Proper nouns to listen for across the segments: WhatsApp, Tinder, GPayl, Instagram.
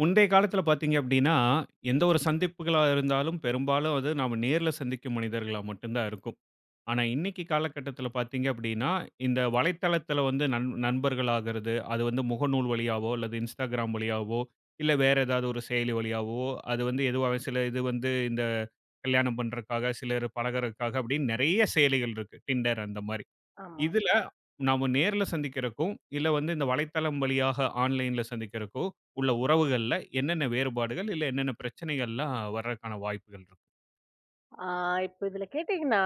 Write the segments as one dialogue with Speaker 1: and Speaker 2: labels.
Speaker 1: முந்தைய காலத்துல பார்த்தீங்க அப்படின்னா, எந்த ஒரு சந்திப்புகளா இருந்தாலும் பெரும்பாலும் அது நாம நேர்ல சந்திக்கும் மனிதர்களா மட்டும் தான் இருக்கும். ஆனா, இன்னைக்கு காலகட்டத்துல பார்த்தீங்க அப்படின்னா, இந்த வலைத்தளத்துல வந்து நண்பர்களாகிறது, அது வந்து முகநூல் வழியாவோ அல்லது Instagram வழியாவோ, இல்ல வேற ஏதாவது ஒரு செயலி வழியாவோ, அது வந்து எதுவாக சில இது வந்து இந்த கல்யாணம் பண்றதுக்காக, சிலர் பழகுறதுக்காக அப்படின்னு நெறைய செயலிகள் இருக்கு. Tinder அந்த மாரி.
Speaker 2: ஆமா.
Speaker 1: இதுல நாம நேர்ல சந்திக்கிறக்கும், இல்ல வந்து இந்த வலைத்தளம் வழியாக ஆன்லைன்ல சந்திக்கிறக்கோ, உள்ள உறவுகள்ல என்னென்ன வேறுபாடுகள், இல்ல என்னென்ன பிரச்சனைகள்லாம் வர்றதுக்கான வாய்ப்புகள் இருக்கு?
Speaker 2: ஆ இப்ப இதுல கேட்டீங்கன்னா,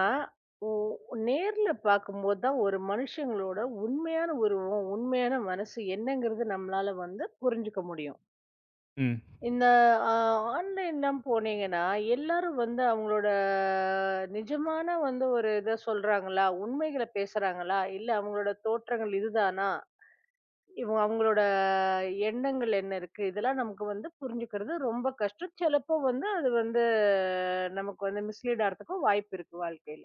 Speaker 2: ஒ நேர்ல பார்க்கும்போது தான் ஒரு மனுஷங்களோட உண்மையான உருவம், உண்மையான மனசு என்னங்கிறது நம்மளால வந்து புரிஞ்சுக்க முடியும்.
Speaker 1: ம்.
Speaker 2: இந்த ஆ ஆன்லைன்லாம் போனீங்கன்னா, எல்லாரும் வந்து அவங்களோட நிஜமான வந்து ஒரு இத சொல்றாங்களா? உண்மைகள பேசுறாங்களா? இல்ல அவங்களோட தோற்றங்கள் இதுதானா? இவங்க அவங்களோட எண்ணங்கள் என்ன இருக்கு? இதெல்லாம் நமக்கு வந்து புரிஞ்சுக்கிறது ரொம்ப கஷ்டம். சிலப்போ வந்து அது வந்து நமக்கு வந்து மிஸ்லீட் ஆறதுக்கும் வாய்ப்பு இருக்கு வாழ்க்கையில.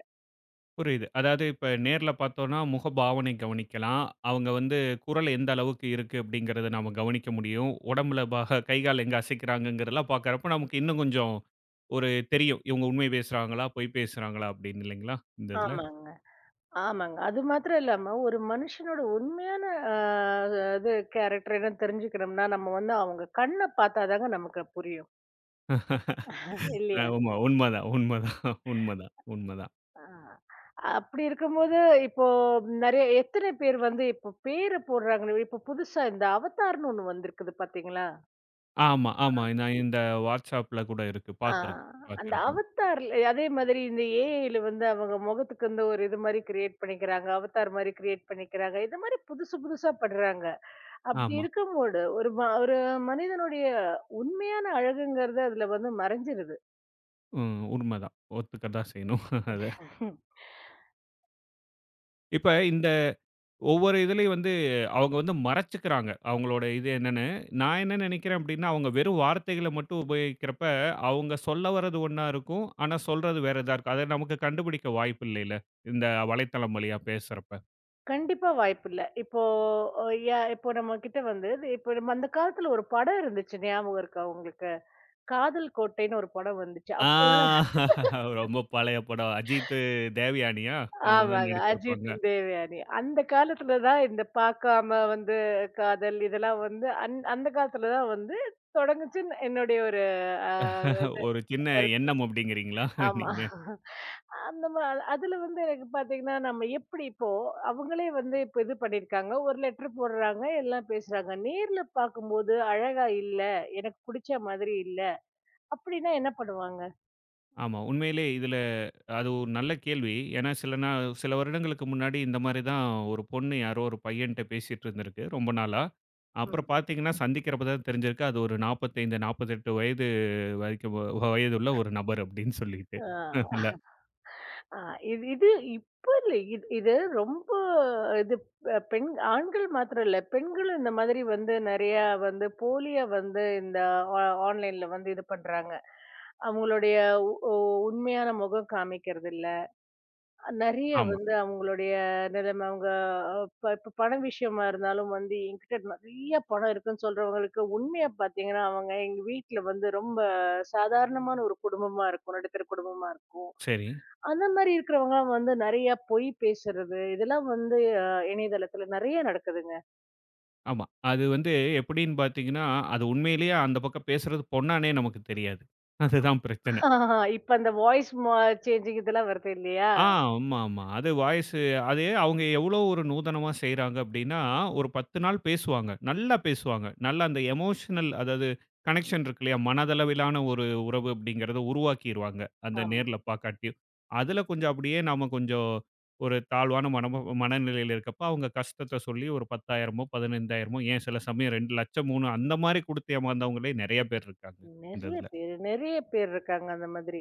Speaker 1: புரியுது. அதாவது இப்ப நேர்ல பார்த்தோம்னா, முகபாவனை கவனிக்கலாம். அவங்க வந்து குரல் எந்த அளவுக்கு இருக்கு அப்படிங்கிறத நாம கவனிக்க முடியும். உடம்புல பாக கை, கால் எங்க அசைக்கிறாங்கங்கிறதெல்லாம் பார்க்கறப்ப நமக்கு இன்னும் கொஞ்சம் ஒரு தெரியும். இவங்க உண்மை பேசுறாங்களா? பொய் பேசுறாங்களா? அப்படின்னு இல்லைங்களா? இந்த இதுல.
Speaker 2: ஆமாங்க, ஆமாங்க. அது மாத்திரம் இல்லாம ஒரு மனுஷனோட உண்மையான அ இது கேரக்டர் என்னன்னு தெரிஞ்சுக்கணும்னா, நம்ம வந்து அவங்க கண்ண பார்த்தா தாங்க நமக்கு புரியும். இல்லையா?
Speaker 1: ஆமா. உண்மதான், உண்மதான், உண்மதான், உண்மதான்.
Speaker 2: ஆ. அப்படி இருக்கும்போது இப்போ நெறைய எத்தன பேர் வந்து இப்போ பேர போடுறாங்க. இப்போ புதுசா இந்த அவதார்ன்னு ஒண்ணு வந்திருக்குது பார்த்தீங்களா?
Speaker 1: ஆமா, ஆமா. நான் இந்த WhatsAppல கூட இருக்கு.
Speaker 2: ஆ.
Speaker 1: பார்த்துருக்கேன்,
Speaker 2: அந்த
Speaker 1: பார்த்துருக்கேன்.
Speaker 2: அவத்தார்ல அதே மாதிரி இந்த ஏஐல வந்து அவங்க முகத்துக்கு வந்து ஒரு இது மாரி கிரியேட் பண்ணிக்கிறாங்க. அவத்தார் மாரி கிரியேட் பண்ணிக்கிறாங்க. இது மாரி புதுசு புதுசா பண்றாங்க. அப்படி
Speaker 1: ஆமா.
Speaker 2: இருக்கும்போது ஒரு மனிதனுடைய உண்மையான அழகுங்கிறது அதுல வந்து மறைஞ்சிருது.
Speaker 1: ம். உண்மதான். ஒத்துக்க தான் செய்யணும். அத.
Speaker 2: ஹம்,
Speaker 1: இப்ப இந்த ஒவ்வொரு இதுலயும் வந்து அவங்க வந்து மறைச்சுக்கிறாங்க. அவங்களோட இது என்னன்னு. நான் என்ன நினைக்கிறேன் அப்டின்னா, அவங்க வெறும் வார்த்தைகள மட்டும் உபயோகிக்கிறப்ப, அவங்க சொல்ல வர்றது ஒண்ணா இருக்கும். ஆனா சொல்றது வேற இதா இருக்கும். அத நமக்கு கண்டுபிடிக்க வாய்ப்பு இல்லைல. இந்த வலைத்தளம் வழியா பேசுறப்ப.
Speaker 2: கண்டிப்பா வாய்ப்பில்ல. இப்போ அ யா இப்போ நம்ம கிட்ட வந்து இப்போ நம்ம அந்த காலத்துல ஒரு படம் இருந்துச்சு. ஞாபகம் இருக்கா உங்களுக்கு? காதல் கோட்டைன்னு ஒரு படம் வந்துச்சு.
Speaker 1: ஆ
Speaker 2: அப்ப
Speaker 1: ரொம்ப பழைய படம். அஜித்து, தேவயானியா? அவங்க தான்
Speaker 2: ஆமாங்க.
Speaker 1: நடிச்சிருப்பாங்க.
Speaker 2: அஜித்தும், தேவயானி. அந்த காலத்துல தான் இந்த பார்க்காம வந்து காதல் இதெல்லாம் வந்து அந்த காலத்துல தான் வந்து தொடங்குச்சுன்னு என்னுடைய ஒரு அ இது
Speaker 1: ஒரு சின்ன
Speaker 2: கருத்து.
Speaker 1: எண்ணம் அப்படிங்கிறீங்களா
Speaker 2: ஆமா.
Speaker 1: நீங்க?
Speaker 2: அந்த மா அதுல வந்து எனக்கு பார்த்தீங்கன்னா, நம்ம எப்படி இப்போ அவங்களே வந்து இப்ப இது பண்ணியிருக்காங்க. ஒரு லெட்டர் போடுறாங்க, எல்லாம் பேசுறாங்க. நேர்ல பார்க்கும்போது அழகா இல்ல, எனக்கு புடிச்ச மாதிரி இல்ல, அப்படின்னா என்ன பண்ணுவாங்க?
Speaker 1: ஆமா. உண்மையிலே இதுல அது ஒரு நல்ல கேள்வி. ஏன்னா சில வருடங்களுக்கு முன்னாடி இந்த மாரி தான் ஒரு பொண்ணு யாரோ ஒரு பையன்ட்ட பேசிட்டு இருந்திருக்கு ரொம்ப நாளா. அப்புறம்
Speaker 2: ம்.
Speaker 1: பார்த்தீங்கன்னா, சந்திக்கிறப்ப தான் தெரிஞ்சிருக்கு அது ஒரு 45, 48 வயது வரைக்கும் வயதுள்ள ஒரு நபர் அப்படின்னு சொல்லிட்டு.
Speaker 2: ஆ.
Speaker 1: இல்ல.
Speaker 2: ஆ இது இது இப்ப இல்ல. இது இது ரொம்ப இது அ பெண் ஆண்கள் மாத்திரம் இல்ல. பெண்களும் இந்த மாதிரி வந்து நெறையா வந்து போலியா வந்து இந்த ஆ ஆன்லைன்ல வந்து இது பண்றாங்க. அவங்களுடைய உ உ உண்மையான முகம் காமிக்கிறது இல்ல. நெறைய
Speaker 1: ஆமா.
Speaker 2: வந்து அவங்களுடைய நிலைமை அவங்க இப்ப இப்ப பண விஷயமா இருந்தாலும் வந்து என்கிட்ட நெறைய பணம் இருக்குன்னு சொல்றவங்களுக்கு உண்மையா பார்த்தீங்கன்னா, அவங்க எங்க வீட்ல வந்து ரொம்ப சாதாரணமான ஒரு குடும்பமா இருக்கும். நடுத்தர குடும்பமா இருக்கும்.
Speaker 1: சரி.
Speaker 2: அந்த மாரி இருக்கிறவங்கலாம் வந்து நெறைய பொய் பேசுறது, இதெல்லாம் வந்து அ இணையதளத்துல நெறைய நடக்குதுங்க.
Speaker 1: ஆமா. அது வந்து எப்படின்னு பார்த்தீங்கன்னா, அது உண்மையிலேயே அந்த பக்கம் பேசுறது பொண்ணான்னே நமக்கு தெரியாது. அதுதான் பிரச்சனை.
Speaker 2: இப்ப அந்த வாய்ஸ் மா சேஞ்சிங் இதெல்லாம் வருது இல்லையா?
Speaker 1: ஆ, ஆமா, ஆமா. அது வாய்ஸு அது அவங்க எவ்வளோ ஒரு நூதனமா செய்றாங்க அப்டின்னா, ஒரு 10 நாள் பேசுவாங்க. நல்லா பேசுவாங்க. நல்லா அந்த எமோஷனல் அதாவது கனெக்ஷன் இருக்கு இல்லையா? மனதளவிலான ஒரு உறவு அப்படிங்கிறத உருவாக்கிருவாங்க. அந்த
Speaker 2: ஆமா.
Speaker 1: நேர்ல பாக்காட்டியும். அதுல கொஞ்சம் அப்படியே நாம கொஞ்சம் ஒரு தாழ்வான மனநிலையில இருக்கப்ப, அவங்க கஷ்டத்த சொல்லி ஒரு 10,000மோ, 15,000மோ ஏன் சில சமயம் 2,00,000, 3 அந்த மாரி குடுத்து ஏமாந்தவங்களே நெறைய பேர் இருக்காங்க. இந்த
Speaker 2: நெறைய
Speaker 1: இதுல.
Speaker 2: பேரு, நெறைய பேர் இருக்காங்க அந்த மாதிரி.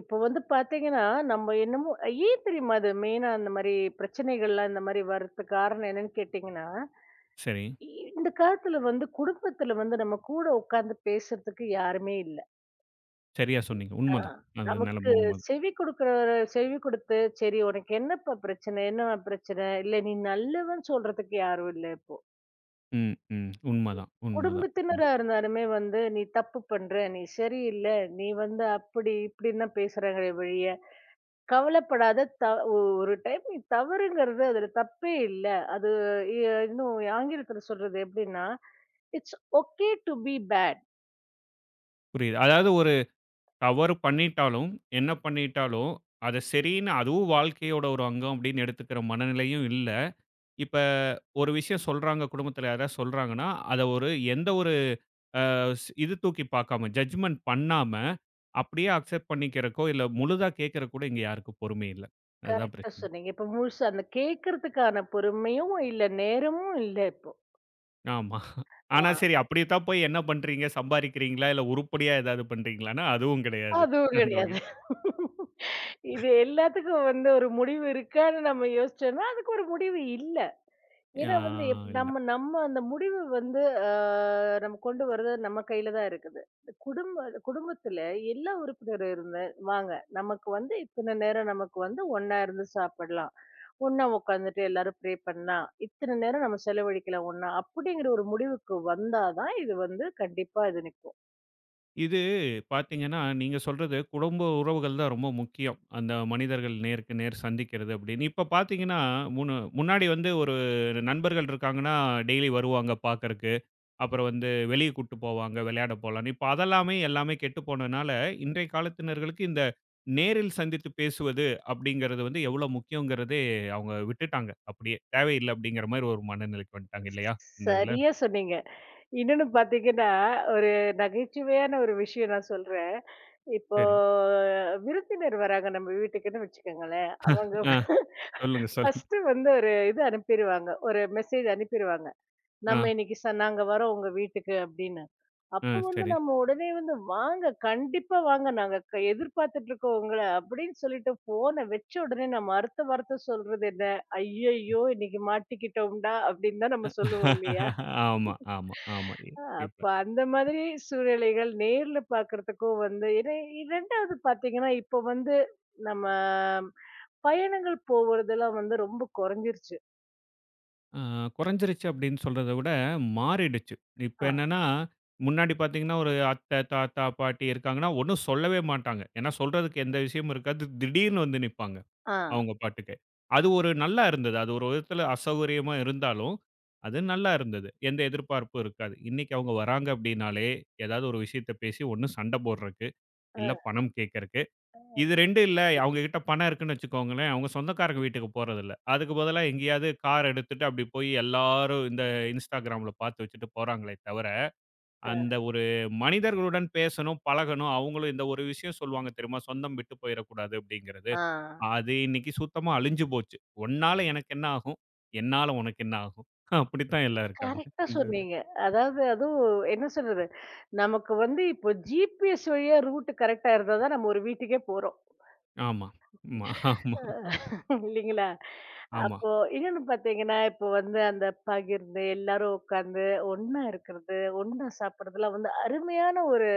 Speaker 2: இப்ப வந்து பார்த்தீங்கன்னா, நம்ம என்னமோ ஏன் தெரியுமா அது மெயினா அந்த மாரி பிரச்சனைகள்லாம் இந்த மாரி வர்றதுக்கு காரணம் என்னன்னு கேட்டீங்கன்னா,
Speaker 1: சரி.
Speaker 2: இ இந்த காலத்துல வந்து குடும்பத்துல வந்து நம்ம கூட உட்கார்ந்து பேசுறதுக்கு யாருமே இல்ல.
Speaker 1: சரியா சொன்னீங்க.
Speaker 2: ஆ.
Speaker 1: உண்மதான். அது
Speaker 2: நமக்கு
Speaker 1: நெலம உண்ம
Speaker 2: செவி குடுக்குறவரு செவி குடுத்து, "சரி உனக்கு என்னப்பா பிரச்சனை? என்னம்மா பிரச்சனை? இல்ல நீ நல்லவன்னு சொல்றதுக்கு யாரும் இல்ல இப்போ."
Speaker 1: ம், ம். உண்மதான், உண்மதான். ம்.
Speaker 2: குடும்பத்தினரா இருந்தாலுமே வந்து, "நீ தப்பு பண்ற. நீ சரியில்ல. நீ வந்து அப்படி, இப்படின்னு தான் பேசுறாங்களே ஒழிய, கவலைப்படாத. த ஒ ஒரு டைம் நீ தவறுங்கிறது அதுல தப்பே இல்ல." அது இ இன்னும் ஆங்கிலத்துல சொல்றது எப்படின்னா, "it's okay to be bad."
Speaker 1: புரியுது. அதாவது ஒரு தவறு பண்ணிட்டாலும், என்ன பண்ணிட்டாலும், அத சரின்னு அதுவும் வாழ்க்கையோட ஒரு அங்கம் அப்படின்னு எடுத்துக்கிற மனநிலையும் இல்ல. இப்ப ஒரு விஷயம் சொல்றாங்க, குடும்பத்தில யாராவது சொல்றாங்கன்னா, அத ஒரு எந்த ஒரு அ ஸ் இது தூக்கி பார்க்காம, ஜட்ஜ்மென்ட் பண்ணாம, அப்படியே அக்செப்ட் பண்ணிக்கிறக்கோ, இல்ல முழுதா கேட்கறக்கு கூட இங்க யாருக்கும் பொறுமை இல்ல. அதுதான்
Speaker 2: கரெக்ட்டா
Speaker 1: பிரச்சனை.
Speaker 2: சொன்னீங்க. இப்ப முழுசா அந்த கேட்கறதுக்கான பொறுமையும் இல்ல, நேரமும் இல்ல இப்போ.
Speaker 1: ஆமா. ஆனா
Speaker 2: ஆ.
Speaker 1: சரி, அப்படி தான் போய் என்ன பண்றீங்க? சம்பாரிக்கிறீங்களா? இல்ல உருப்படியா ஏதாவது பண்றீங்களான்னா, அதுவும் கிடையாது.
Speaker 2: அதுவும்
Speaker 1: அந்த வகை.
Speaker 2: கிடையாது. இது எல்லாத்துக்கும் வந்து ஒரு முடிவு இருக்கான்னு நம்ம யோசிச்சோம்னா, அதுக்கு ஒரு முடிவு இல்ல.
Speaker 1: ஆ
Speaker 2: ஏன்னா வந்து
Speaker 1: இல்ல.
Speaker 2: நம்ம நம்ம அந்த முடிவு வந்து அ நம்ம கொண்டு வர்றது நம்ம கையில தான் இருக்குது. இந்த குடும்பத்துல எல்லா உறுப்பினரும் இருந்து வாங்க, நமக்கு வந்து இத்தன நேரம் நமக்கு வந்து ஒண்ணா இருந்து சாப்பிடலாம். ஒண்ணா உட்காந்துட்டு எல்லாரும் ப்ரே பண்ணலாம். இத்தன நேரம் நம்ம செலவழிக்கலாம் ஒண்ணா. அப்படிங்கிற ஒரு முடிவுக்கு வந்தா தான் இது வந்து கண்டிப்பா இது நிக்கும்.
Speaker 1: இது பார்த்தீங்கன்னா, நீங்க சொல்றது குடும்ப உறவுகள் தான் ரொம்ப முக்கியம். அந்த மனிதர்கள் நேருக்கு நேர் சந்திக்கிறது அப்படின்னு. இப்ப பார்த்தீங்கன்னா, முன்னு முன்னாடி வந்து ஒரு நண்பர்கள் இருக்காங்கன்னா, டெய்லி வருவாங்க பார்க்கறக்கு. அப்புறம் வந்து வெளிய கூட்டு போவாங்க, விளையாட போலான்னு. இப்ப அதெல்லாமே எல்லாமே கெட்டு போனனால, இன்றைய காலத்தினர்களுக்கு இந்த நேரில் சந்தித்து பேசுவது அப்படிங்கிறது வந்து எவ்வளோ முக்கியங்கிறதே அவங்க விட்டுட்டாங்க அப்படியே. தேவையில்ல அப்படிங்கிற மாரி ஒரு மனநிலைக்கு வந்துட்டாங்க இல்லையா? இந்த இதுல.
Speaker 2: சரியா சொன்னீங்க. இன்னொன்னு பார்த்தீங்கன்னா, ஒரு நகைச்சுவையான ஒரு விஷயம் நான் சொல்றேன். இப்போ
Speaker 1: சரி.
Speaker 2: விருந்தினர் வராங்க நம்ம வீட்டுக்குன்னு வச்சுக்கோங்களேன். அவங்க
Speaker 1: ஆ சொல்லுங்க, சொல்லுங்க.
Speaker 2: ஃபர்ஸ்ட்டு வந்து ஒரு இது அனுப்பிருவாங்க. ஒரு மெசேஜ் அனுப்பிருவாங்க.
Speaker 1: ஆ,
Speaker 2: "நம்ம இன்னைக்கு நாங்க வரோம் உங்க வீட்டுக்கு" அப்படின்னு.
Speaker 1: ஆ
Speaker 2: அப்போ வந்து
Speaker 1: சரி.
Speaker 2: நம்ம உடனே வந்து, "வாங்க, கண்டிப்பா வாங்க. நாங்க எதிர்பார்த்துட்டுருக்கோம் உங்கள" அப்படின்னு சொல்லிட்டு ஃபோன வச்ச உடனே நம்ம அடுத்த வார்த்தை சொல்றது என்ன? "ஐயய்யோ! இன்னைக்கு மாட்டிக்கிட்டோம்டா" அப்படின்னு தான் நம்ம சொல்லுவோம் இல்லையா?
Speaker 1: ஆமா, ஆமா, ஆமா.
Speaker 2: அ
Speaker 1: இப்ப
Speaker 2: அப்ப அந்த மாதிரி சூழ்நிலைகள் நேர்ல பார்க்கறதுக்கும் வந்து ஏன்னா 2வது பார்த்தீங்கன்னா, இப்போ வந்து நம்ம பயணங்கள் போவதெல்லாம் வந்து ரொம்ப குறைஞ்சிருச்சு.
Speaker 1: அ குறைஞ்சிருச்சு அப்படின்னு சொல்றத விட மாறிடுச்சு. இப்ப
Speaker 2: ஆ,
Speaker 1: என்னன்னா, முன்னாடி பார்த்தீங்கன்னா, ஒரு அத்தை, தாத்தா, பாட்டி இருக்காங்கன்னா, ஒண்ணும் சொல்லவே மாட்டாங்க. ஏன்னா சொல்றதுக்கு எந்த விஷயமும் இருக்காது. திடீர்னு வந்து நிப்பாங்க.
Speaker 2: ஆ,
Speaker 1: அவங்க பாட்டுக்கு. அது ஒரு நல்லா இருந்தது. அது ஒரு விதத்துல அசௌகரியமா இருந்தாலும், அது நல்லா இருந்தது. எந்த எதிர்பார்ப்பும் இருக்காது. இன்னைக்கு அவங்க வராங்க அப்படின்னாலே, ஏதாவது ஒரு விஷயத்த பேசி ஒண்ணு சண்டை போடுறக்கு,
Speaker 2: அ,
Speaker 1: இல்ல பணம் கேட்கறக்கு இது 2 இல்ல. அவுங்ககிட்ட பணம் இருக்குன்னு வச்சுக்கோங்களேன், அவுங்க சொந்தக்காரங்க வீட்டுக்கு போறதில்ல. அதுக்கு பதிலா எங்கேயாவது கார் எடுத்துட்டு அப்படி போய் எல்லாரும் இந்த Instagramல பார்த்து வச்சுட்டு போறாங்களே தவிர,
Speaker 2: அ.
Speaker 1: அந்த ஒரு மனிதர்களுடன் பேசணும், பழகணும். அவுங்களும் இந்த ஒரு விஷயம் சொல்லுவாங்க தெரியுமா? "சொந்தம் விட்டு போயிறக்கூடாது" அப்படிங்கிறது.
Speaker 2: ஆ.
Speaker 1: அது இன்னைக்கு சுத்தமா அழிஞ்சு போச்சு. "உன்னால எனக்கு என்ன ஆகும்? என்னால உனக்கு என்ன ஆகும்?" அப்படித்தான் எல்லாம் இருக்காங்க.
Speaker 2: கரெக்ட்டா
Speaker 1: இந்த இதுல.
Speaker 2: சொன்னீங்க. அதாவது அதுவும் என்ன சொல்றது? நமக்கு வந்து இப்போ ஜிபிஎஸ் வழியா ரூட் கரெக்ட்டா இருந்தா தான் நம்ம ஒரு வீட்டுக்கே போறோம்.
Speaker 1: ஆமா. ஆமா, ஆமா,
Speaker 2: அ இல்லைங்களா?
Speaker 1: ஆமா,
Speaker 2: அப்போ இன்னொன்னு பார்த்தீங்கன்னா, இப்போ வந்து அந்த பகிர்ந்து, எல்லாரும் உட்கார்ந்து ஒண்ணா இருக்கிறது, ஒண்ணா சாப்பிடுறதுலாம் வந்து அருமையான ஒரு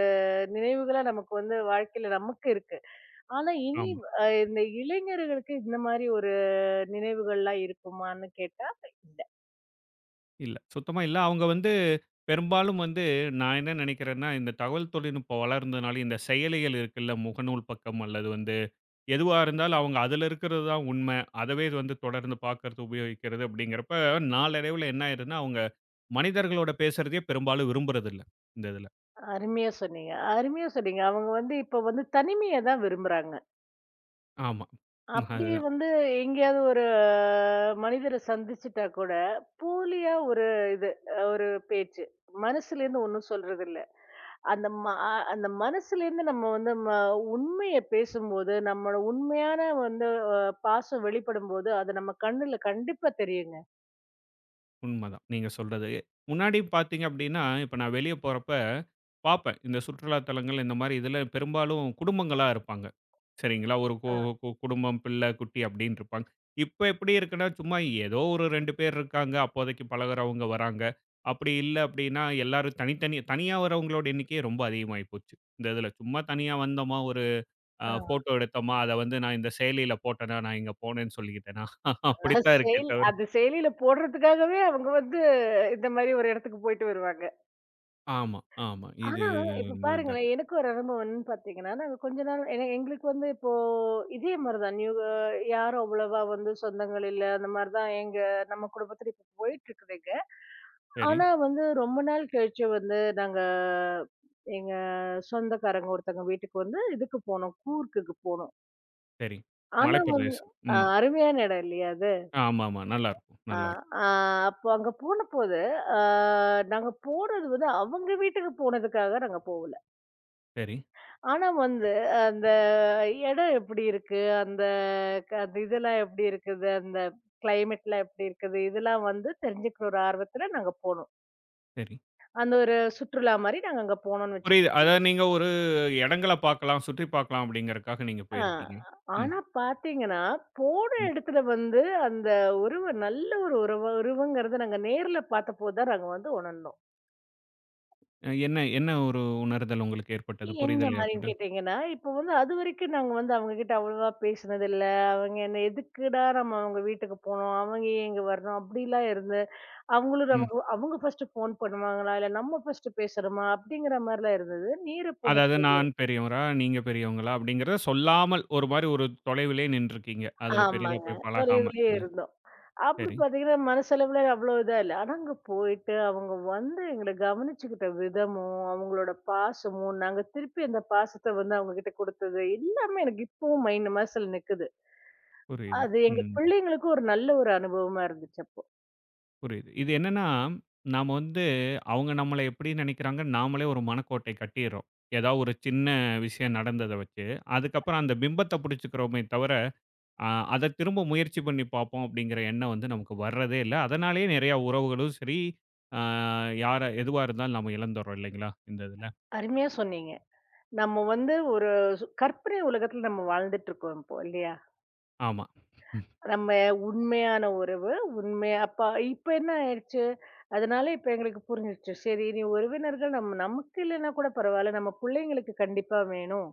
Speaker 2: நினைவுகளா நமக்கு வந்து வாழ்க்கையில நமக்கு இருக்கு. ஆனா இனி
Speaker 1: ஆமா.
Speaker 2: இந்த இளைஞர்களுக்கு இந்த மாரி ஒரு நினைவுகள்லாம் இருக்குமான்னு கேட்டா, இல்ல.
Speaker 1: இல்ல. சுத்தமா இல்ல. அவங்க வந்து பெரும்பாலும் வந்து நான் என்ன நினைக்கிறேன்னா, இந்த தகவல் தொழில்நுட்பம் வளர்ந்ததுனால இந்த செயலிகள் இருக்குல்ல, முகநூல் பக்கம் அல்லது வந்து எதுவா இருந்தாலும் அவங்க அதில இருக்கிறது தான் உண்மை. அதவே இது வந்து தொடர்ந்து பார்க்கறது, உபயோகிக்கிறது அப்படிங்கிறப்ப, நாளடைவில என்ன ஆயிருதுன்னா, அவங்க மனிதர்களோட பேசுறதையே பெரும்பாலும் விரும்புறதில்ல, இந்த இதில.
Speaker 2: அருமையா சொன்னீங்க அருமையா சொன்னீங்க. அவங்க வந்து இப்ப வந்து தனிமைய தான் விரும்புறாங்க.
Speaker 1: ஆமா.
Speaker 2: அப்படி
Speaker 1: அது
Speaker 2: வந்து எங்கேயாவது ஒரு மனிதரை சந்திச்சுட்டா கூட போலியா ஒரு இது ஒரு பேச்சு மனசுல இருந்து ஒன்றும் சொல்றது இல்ல அந்த அந்த மனசுல இருந்து நம்ம வந்து உண்மையை பேசும்போது நம்மளோட உண்மையான வந்து பாசம் வெளிப்படும் போது அது நம்ம கண்ணுல கண்டிப்பா தெரியுங்க
Speaker 1: உண்மதான். நீங்க சொல்றது. முன்னாடி பார்த்தீங்க அப்படின்னா, இப்ப நான் வெளிய போறப்ப பார்ப்பேன். இந்த சுற்றுலா தலங்கள் இந்த மாரி இதில பெரும்பாலும் குடும்பங்களா இருப்பாங்க. சரிங்களா? ஒரு கு
Speaker 2: ஆ,
Speaker 1: கு குடும்பம், பிள்ளை, குட்டி அப்படின்னு இருப்பாங்க. இப்ப எப்படி இருக்குன்னா, சும்மா ஏதோ ஒரு 2 பேர் இருக்காங்க. அப்போதைக்கு பழகுறவங்க வராங்க. அப்படி இல்ல அப்படின்னா, எல்லாரும் தனித்தனி தனியா வரவங்களோட எண்ணிக்கையே ரொம்ப அதிகமாகி போச்சு. இந்த இதில. சும்மா தனியா வந்தோமா, ஒரு
Speaker 2: ஆ.
Speaker 1: ஃபோட்டோ எடுத்தோமா, அத வந்து நான் இந்த செயலியில போட்டேனா, நான் இங்க போனேன்னு சொல்லிக்கிட்டேனா,
Speaker 2: அது
Speaker 1: அப்படித்தான் இருக்கே
Speaker 2: செயல்
Speaker 1: தவிர
Speaker 2: அது செயலியில போடுறதுக்காகவே அவங்க வந்து இந்த மாதிரி ஒரு இடத்துக்கு போயிட்டு வருவாங்க
Speaker 1: ஆமா, ஆமா. இது
Speaker 2: ஆனா, இப்ப
Speaker 1: ஒன்பது தான்.
Speaker 2: பாருங்களேன், எனக்கு ஒரு அனுபவம் என்னன்னு பாத்தீங்கன்னா, நாங்க கொஞ்ச நாள் ஏன்னா எங்களுக்கு வந்து இப்போ இதே மாரி தான் நியூ யாரும் அவ்வளவா வந்து சொந்தங்கள் இல்ல. அந்த மாரி தான் எங்க நம்ம குடும்பத்துல இப்ப போயிட்டுருக்குதுங்க.
Speaker 1: சரி,
Speaker 2: ஆனா வந்து ரொம்ப நாள் கழிச்சு வந்து நாங்க எங்க சொந்தக்காரங்க ஒருத்தவங்க வீட்டுக்கு வந்து இதுக்கு போனோம். கூர்க்குக்கு போனோம்.
Speaker 1: சரி.
Speaker 2: ஆனா வந்து
Speaker 1: மலைப்பிரதேசம். ம்.
Speaker 2: அருமையான இடம் இல்லையா அது?
Speaker 1: ஆமாமா. நல்லாருக்கும்,
Speaker 2: ஆ
Speaker 1: நல்லாருக்கும்.
Speaker 2: ஆ அப்போ அங்க போனபோது, அ நாங்க போனது வந்து அவங்க வீட்டுக்கு போனதுக்காக நாங்க போகல.
Speaker 1: சரி,
Speaker 2: ஆனா வந்து, அந்த இடம் எப்படி இருக்கு? அந்த அந்த இதெல்லாம் எப்படி இருக்குது? அந்த கிளைமேட்லாம் எப்படி இருக்குது? இதெல்லாம் வந்து தெரிஞ்சுக்கிற ஒரு ஆர்வத்துல நாங்க போனோம்.
Speaker 1: சரி.
Speaker 2: அந்த ஒரு சுற்றுலா மாரி நாங்க அங்க போனோம்னு
Speaker 1: புரியுது.
Speaker 2: வச்சுக்கோங்க.
Speaker 1: அதாவது நீங்க ஒரு இடங்கள பார்க்கலாம், சுற்றி பார்க்கலாம் அப்படிங்கிறதுக்காக நீங்க
Speaker 2: ஆ.
Speaker 1: போயிருக்கீங்க. ம்,
Speaker 2: ஆனா பாத்தீங்கன்னா, போன
Speaker 1: ம்.
Speaker 2: இடத்துல வந்து அந்த உறவு நல்ல ஒரு உறவுங்கிறத நாங்க நேர்ல பாத்தபோது தான் நாங்க வந்து உணர்ந்தோம்.
Speaker 1: என்ன என்ன ஒரு உணர்தல் உங்களுக்கு ஏற்பட்டது?
Speaker 2: என்ன
Speaker 1: புரிதல்
Speaker 2: மாரின்னு
Speaker 1: ஏற்பட்டது?
Speaker 2: கேட்டீங்கன்னா, இப்ப வந்து அதுவரைக்கும் நாங்க வந்து அவங்ககிட்ட அவ்வளவா பேசினதில்ல. அவங்க என்ன எதுக்குடா நம்ம அவங்க வீட்டுக்கு போனோம்? அவங்க ஏன் இங்க வரணும்? அப்படிலாம் இருந்தது. அவங்களும்
Speaker 1: ம்.
Speaker 2: நமக்கு அவங்க ஃபர்ஸ்ட் ஃபோன் பண்ணுவாங்களா? இல்ல நம்ம ஃபர்ஸ்ட் பேசணுமா? அப்படிங்கிற மாரிலாம் இருந்தது. நீரு
Speaker 1: அதாவது
Speaker 2: போனப்ப
Speaker 1: நான் பெரியவரா? நீங்க பெரியவங்களா? அப்படிங்கிறத சொல்லாமல் ஒரு மாரி ஒரு தொலைவிலே நின்றுருக்கீங்க. அதுல பெரிதா
Speaker 2: ஆமாங்க.
Speaker 1: போய் பழகாம.
Speaker 2: தொலைவுலயே
Speaker 1: இல்ல.
Speaker 2: இருந்தோம். அப்படி
Speaker 1: சரி,
Speaker 2: பார்த்தீங்கன்னா, மனசளவுல அவ்வளோ இதா இல்ல. ஆனா அங்க போயிட்டு அவங்க வந்து எங்கள கவனிச்சுக்கிட்ட விதமும், அவங்களோட பாசமும், நாங்க திருப்பி அந்த பாசத்த வந்து அவங்ககிட்ட குடுத்தது, எல்லாமே எனக்கு இப்பவும் மனசுல நிக்குது.
Speaker 1: புரியுது.
Speaker 2: அது எங்க
Speaker 1: ம்.
Speaker 2: பிள்ளைங்களுக்கும் ஒரு நல்ல ஒரு அனுபவமா இருந்துச்சு அப்போ.
Speaker 1: புரியுது. இது என்னன்னா, நாம வந்து அவங்க நம்மள எப்படி நினைக்கிறாங்கன்னு நாமளே ஒரு மனக்கோட்டை கட்டிர்றோம். ஏதாவது ஒரு சின்ன விஷயம் நடந்தத வச்சு. அதுக்கப்புறம் அந்த பிம்பத்த புடிச்சுக்கிறோமே தவிர, அ அத திரும்ப முயற்சி பண்ணி பார்ப்போம் அப்படிங்கிற எண்ணம் வந்து நமக்கு வர்றதே இல்ல. அதனாலேயே நிறையா உறவுகளும் சரி, அ யார எதுவா இருந்தாலும் நம்ம இழந்துர்றோம் இல்லைங்களா? இந்த இதுல.
Speaker 2: அருமையா சொன்னீங்க. நம்ம வந்து ஒரு கற்பனை உலகத்துல நம்ம வாழ்ந்துட்டு இருக்கோம் இப்போ இல்லையா?
Speaker 1: ஆமா. ம்.
Speaker 2: நம்ம உண்மையான உறவு, உண்மையா அப்ப இப்ப என்ன ஆயிடுச்சு, அதனால இப்ப எங்களுக்கு புரிஞ்சிருச்சு. சரி இனி உறவினர்கள் நம்ம நமக்கு இல்லன்னா கூட பரவால்ல. நம்ம புள்ளைங்களுக்கு கண்டிப்பா வேணும்.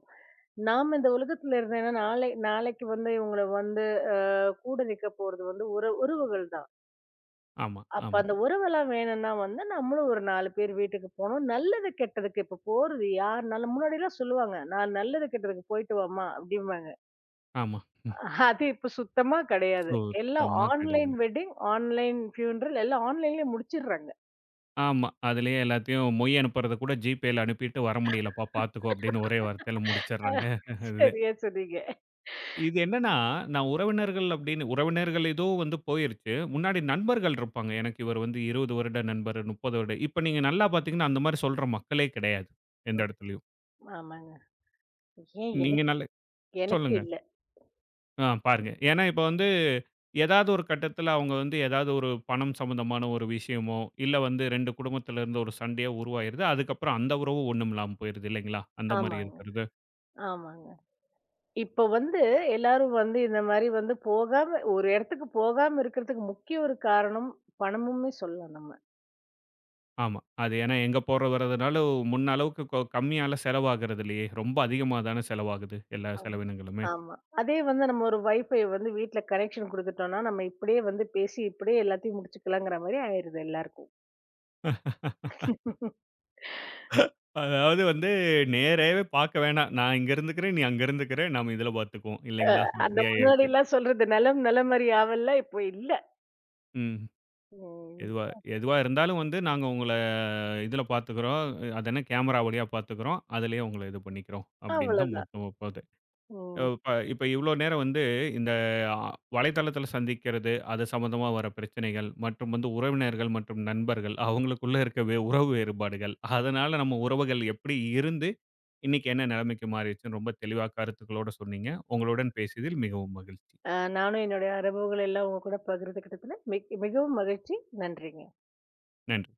Speaker 2: நாம இந்த உலகத்துல இருந்தேன்னா, நாளைக்கு வந்து இவங்கள வந்து கூட நிக்க போறது வந்து உறவுகள் தான்.
Speaker 1: ஆமா,
Speaker 2: அப்ப
Speaker 1: ஆமா,
Speaker 2: அந்த உறவெல்லாம் வேணும்னா வந்து, நம்மளும் ஒரு 4 பேர் வீட்டுக்கு போணும். நல்லது கெட்டதுக்கு இப்ப போறது யாருனாலும் முன்னாடிலாம் சொல்லுவாங்க. நான் நல்லது கெட்டதுக்கு போயிட்டு வாம்மா, அப்படிம்பாங்க.
Speaker 1: ஆமா.
Speaker 2: அது இப்ப சுத்தமா கிடையாது. எல்லாம்
Speaker 1: சுத்தமா கிடையாது.
Speaker 2: ஆன்லைன் வெட்டிங், ஆன்லைன் ஃப்யூனரல் எல்லாம் ஆன்லைன்லயே முடிச்சிடுறாங்க.
Speaker 1: ஆமா. அதிலேயே எல்லாத்தையும் மொய் அனுப்புறத கூட GPayல அனுப்பிட்டு, "வர முடியலப்பா பார்த்துக்கோ" அப்படின்னு ஒரே வார்த்தையில
Speaker 2: அ
Speaker 1: முடிச்சிடுறாங்க. இது.
Speaker 2: சரியா சொன்னீங்க.
Speaker 1: இது என்னன்னா, நான் உறவினர்கள் அப்படின்னு உறவினர்கள் ஏதோ வந்து போயிருச்சு. முன்னாடி நண்பர்கள் இருப்பாங்க. எனக்கு இவர் வந்து 20 வருட நண்பர், 30 வருட இப்ப நீங்க நல்லா பார்த்தீங்கன்னா, அந்த மாரி சொல்ற மக்களே கிடையாது. எந்த
Speaker 2: ம்.
Speaker 1: இடத்துலயும்.
Speaker 2: ஆமாங்க. ஏன்
Speaker 1: நீங்க
Speaker 2: எனக்கு
Speaker 1: நல்ல
Speaker 2: எனக்கே
Speaker 1: சொல்லுங்க.
Speaker 2: இல்ல.
Speaker 1: ஆ பாருங்க. ஏன்னா இப்ப வந்து ஏதாவது ஒரு கட்டத்துல அவங்க வந்து ஏதாவது ஒரு பணம் சம்மந்தமான ஒரு விஷயமோ, இல்ல வந்து 2 குடும்பத்துல இருந்து ஒரு சண்டையோ உருவாயிருது. அதுக்கப்புறம் அந்த உறவு ஒண்ணும் இல்லாம போயிருது இல்லைங்களா? அந்த மாரி
Speaker 2: ஆமாங்க,
Speaker 1: இருக்கிறது.
Speaker 2: ஆமாங்க. இப்ப வந்து எல்லாரும் வந்து இந்த மாரி வந்து போகாம ஒரு இடத்துக்கு போகாம இருக்கிறதுக்கு முக்கிய ஒரு காரணம் பணமுமே சொல்லலாம் நம்ம.
Speaker 1: ஆமா. அது ஏன்னா எங்க போற வரதுனால முன்ன அளவுக்கு கம்மியால செலவாகிறது இல்லையே! ரொம்ப அதிகமா தானே செலவாகுது எல்லா
Speaker 2: ஆம்.
Speaker 1: செலவினங்களுமே.
Speaker 2: ஆமா. அதே வந்து நம்ம ஒரு வைஃபை வந்து வீட்ல கனெக்ஷன் குடுத்துட்டோம்னா, நம்ம இப்படியே வந்து பேசி இப்படியே எல்லாத்தையும் முடிச்சுக்கலாங்கிற மாரி ஆயிருது எல்லாருக்கும்.
Speaker 1: அதாவது வந்து நேராவே பார்க்க வேணாம். நான் இங்க இருந்துக்கிறேன், நீ அங்க இருந்துக்கிற, நாம இதுல பார்த்துக்குவோம் இல்லைங்களா?
Speaker 2: அந்த
Speaker 1: அப்படி ஆயிருச்சு.
Speaker 2: முன்னாடிலாம் சொல்றது நலம் நலமறி ஆவல்லாம் இப்போ இல்ல.
Speaker 1: ம்.
Speaker 2: ம்.
Speaker 1: எதுவா எதுவா இருந்தாலும் வந்து நாங்க உங்கள இதுல பார்த்துக்கிறோம். அது என்ன கேமரா வழியா பார்த்துக்கிறோம். அதிலேயே உங்கள இது பண்ணிக்கிறோம் அப்படின்னு தான்
Speaker 2: அவ்வளோதான்.
Speaker 1: மொத்தமா போது.
Speaker 2: ம்.
Speaker 1: இப்ப இப்ப இவ்ளோ நேரம் வந்து இந்த வலைத்தளத்தில சந்திக்கிறது, அது சம்மந்தமா வர பிரச்சனைகள் மற்றும் வந்து உறவினர்கள் மற்றும் நண்பர்கள் அவங்களுக்குள்ள இருக்க உறவு வேறுபாடுகள். அதனால நம்ம உறவுகள் எப்படி இருந்து இன்னைக்கு என்ன நிலைமைக்கு மாறிடுச்சுன்னு ரொம்ப தெளிவா கருத்துக்களோட சொன்னீங்க. உங்களுடன் பேசியதில் மிகவும் மகிழ்ச்சி.
Speaker 2: நானும் என்னுடைய அனுபவங்கள் எல்லாம் உங்க கூட பகிர்ந்துக்கிட்டதுல மிகவும் மகிழ்ச்சி. நன்றிங்க.
Speaker 1: நன்றி.